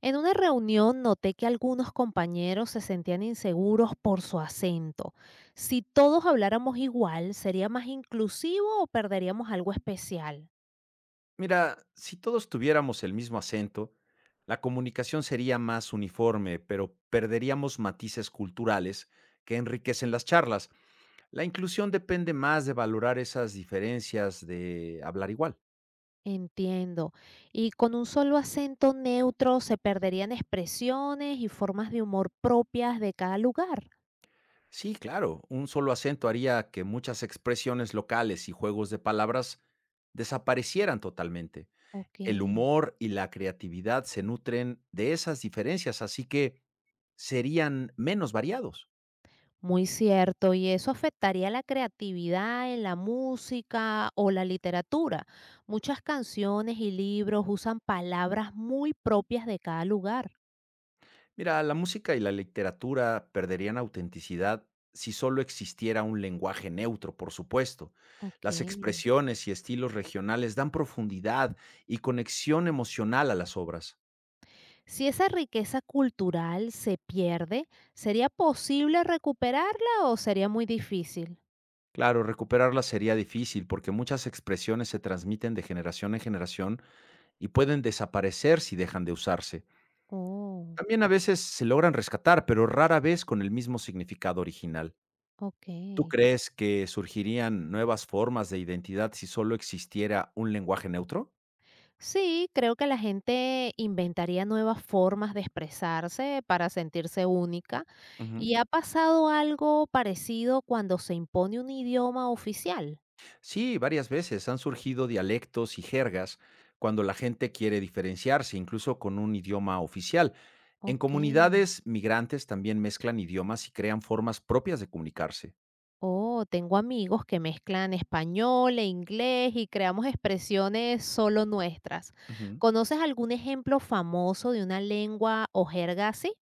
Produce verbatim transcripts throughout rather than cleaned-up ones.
En una reunión noté que algunos compañeros se sentían inseguros por su acento. Si todos habláramos igual, ¿sería más inclusivo o perderíamos algo especial? Mira, si todos tuviéramos el mismo acento, la comunicación sería más uniforme, pero perderíamos matices culturales que enriquecen las charlas. La inclusión depende más de valorar esas diferencias de hablar igual. Entiendo. Y con un solo acento neutro se perderían expresiones y formas de humor propias de cada lugar. Sí, claro, un solo acento haría que muchas expresiones locales y juegos de palabras desaparecieran totalmente. Ok. El humor y la creatividad se nutren de esas diferencias, así que serían menos variados. Muy cierto, y eso afectaría la creatividad en la música o la literatura. Muchas canciones y libros usan palabras muy propias de cada lugar. Mira, la música y la literatura perderían autenticidad si solo existiera un lenguaje neutro, por supuesto. Ok. Las expresiones y estilos regionales dan profundidad y conexión emocional a las obras. Si esa riqueza cultural se pierde, ¿sería posible recuperarla o sería muy difícil? Claro, recuperarlas sería difícil porque muchas expresiones se transmiten de generación en generación y pueden desaparecer si dejan de usarse. Oh, También a veces se logran rescatar, pero rara vez con el mismo significado original. ok. ¿Tú crees que surgirían nuevas formas de identidad si solo existiera un lenguaje neutro? Sí, creo que la gente inventaría nuevas formas de expresarse para sentirse única. Ujú. ¿Y ha pasado algo parecido cuando se impone un idioma oficial? Sí, varias veces han surgido dialectos y jergas cuando la gente quiere diferenciarse, incluso con un idioma oficial. En Ok. comunidades migrantes también mezclan idiomas y crean formas propias de comunicarse. Oh, tengo amigos que mezclan español e inglés y creamos expresiones solo nuestras. Ujú. ¿Conoces algún ejemplo famoso de una lengua o jerga así?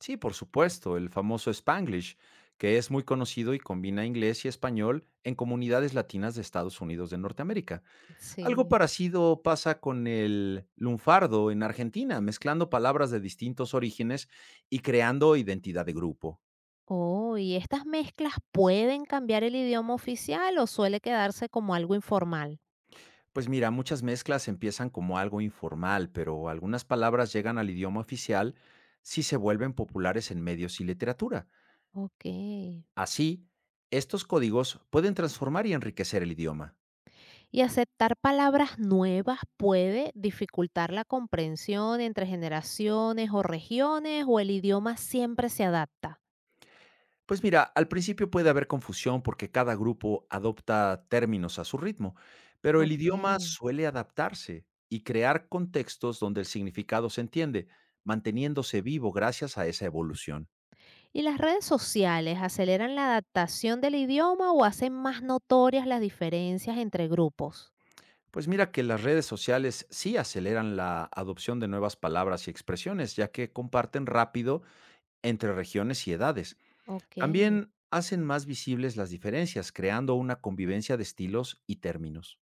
Sí, por supuesto, el famoso Spanglish, que es muy conocido y combina inglés y español en comunidades latinas de Estados Unidos de Norteamérica. Algo Sí. parecido pasa con el lunfardo en Argentina, mezclando palabras de distintos orígenes y creando identidad de grupo. Oh, ¿y estas mezclas pueden cambiar el idioma oficial o suele quedarse como algo informal? Pues mira, muchas mezclas empiezan como algo informal, pero algunas palabras llegan al idioma oficial si se vuelven populares en medios y literatura. Okey. Así, estos códigos pueden transformar y enriquecer el idioma. ¿Y aceptar palabras nuevas puede dificultar la comprensión entre generaciones o regiones, o el idioma siempre se adapta? Pues mira, al principio puede haber confusión porque cada grupo adopta términos a su ritmo, pero el idioma Okey. suele adaptarse y crear contextos donde el significado se entiende, manteniéndose vivo gracias a esa evolución. ¿Y las redes sociales aceleran la adaptación del idioma o hacen más notorias las diferencias entre grupos? Pues mira que las redes sociales sí aceleran la adopción de nuevas palabras y expresiones, ya que comparten rápido entre regiones y edades. Okey. También hacen más visibles las diferencias, creando una convivencia de estilos y términos.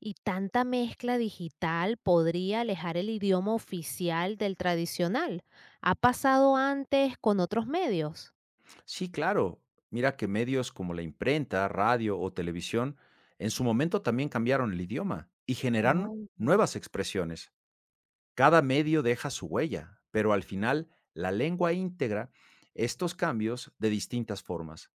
¿Y tanta mezcla digital podría alejar el idioma oficial del tradicional? ¿Ha pasado antes con otros medios? Sí, claro. Mira que medios como la imprenta, radio o televisión en su momento también cambiaron el idioma y generaron Oh, nuevas expresiones. Cada medio deja su huella, pero al final la lengua integra estos cambios de distintas formas.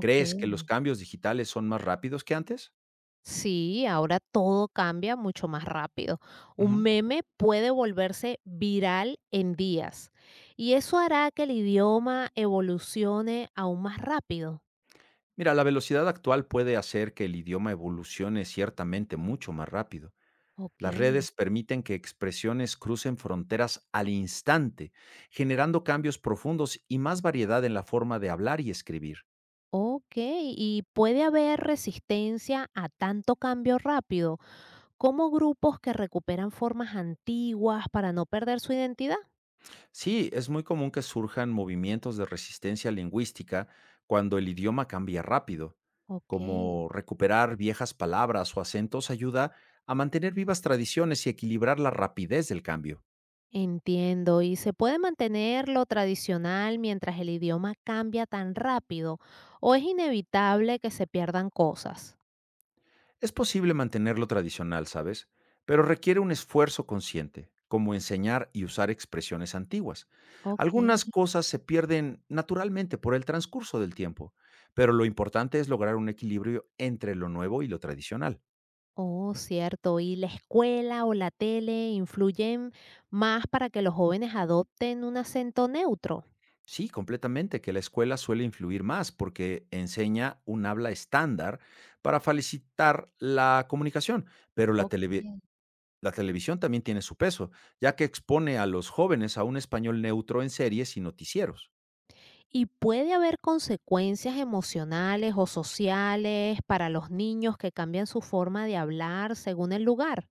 ¿Crees que los cambios digitales son más rápidos que antes? Sí, ahora todo cambia mucho más rápido. Un Ujú. meme puede volverse viral en días y eso hará que el idioma evolucione aún más rápido. Mira, la velocidad actual puede hacer que el idioma evolucione ciertamente mucho más rápido. Ok, Las redes permiten que expresiones crucen fronteras al instante, generando cambios profundos y más variedad en la forma de hablar y escribir. ok. Y puede haber resistencia a tanto cambio rápido, como grupos que recuperan formas antiguas para no perder su identidad. Sí, es muy común que surjan movimientos de resistencia lingüística cuando el idioma cambia rápido, Ok. como recuperar viejas palabras o acentos ayuda a mantener vivas tradiciones y equilibrar la rapidez del cambio. Entiendo. ¿Y se puede mantener lo tradicional mientras el idioma cambia tan rápido? ¿O es inevitable que se pierdan cosas? Es posible mantenerlo tradicional, ¿sabes? Pero requiere un esfuerzo consciente, como enseñar y usar expresiones antiguas. Ok, Algunas cosas se pierden naturalmente por el transcurso del tiempo, pero lo importante es lograr un equilibrio entre lo nuevo y lo tradicional. oh, cierto. ¿Y la escuela o la tele influyen más para que los jóvenes adopten un acento neutro? Sí, completamente, que la escuela suele influir más porque enseña un habla estándar para facilitar la comunicación, pero la, Ok. televi- La televisión también tiene su peso, ya que expone a los jóvenes a un español neutro en series y noticieros. ¿Y puede haber consecuencias emocionales o sociales para los niños que cambian su forma de hablar según el lugar?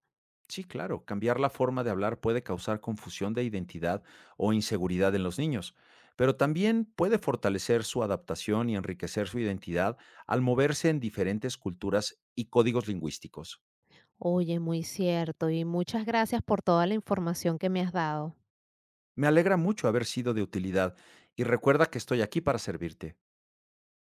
Sí, claro, cambiar la forma de hablar puede causar confusión de identidad o inseguridad en los niños, pero también puede fortalecer su adaptación y enriquecer su identidad al moverse en diferentes culturas y códigos lingüísticos. Oye, muy cierto y muchas gracias por toda la información que me has dado. Me alegra mucho haber sido de utilidad y recuerda que estoy aquí para servirte.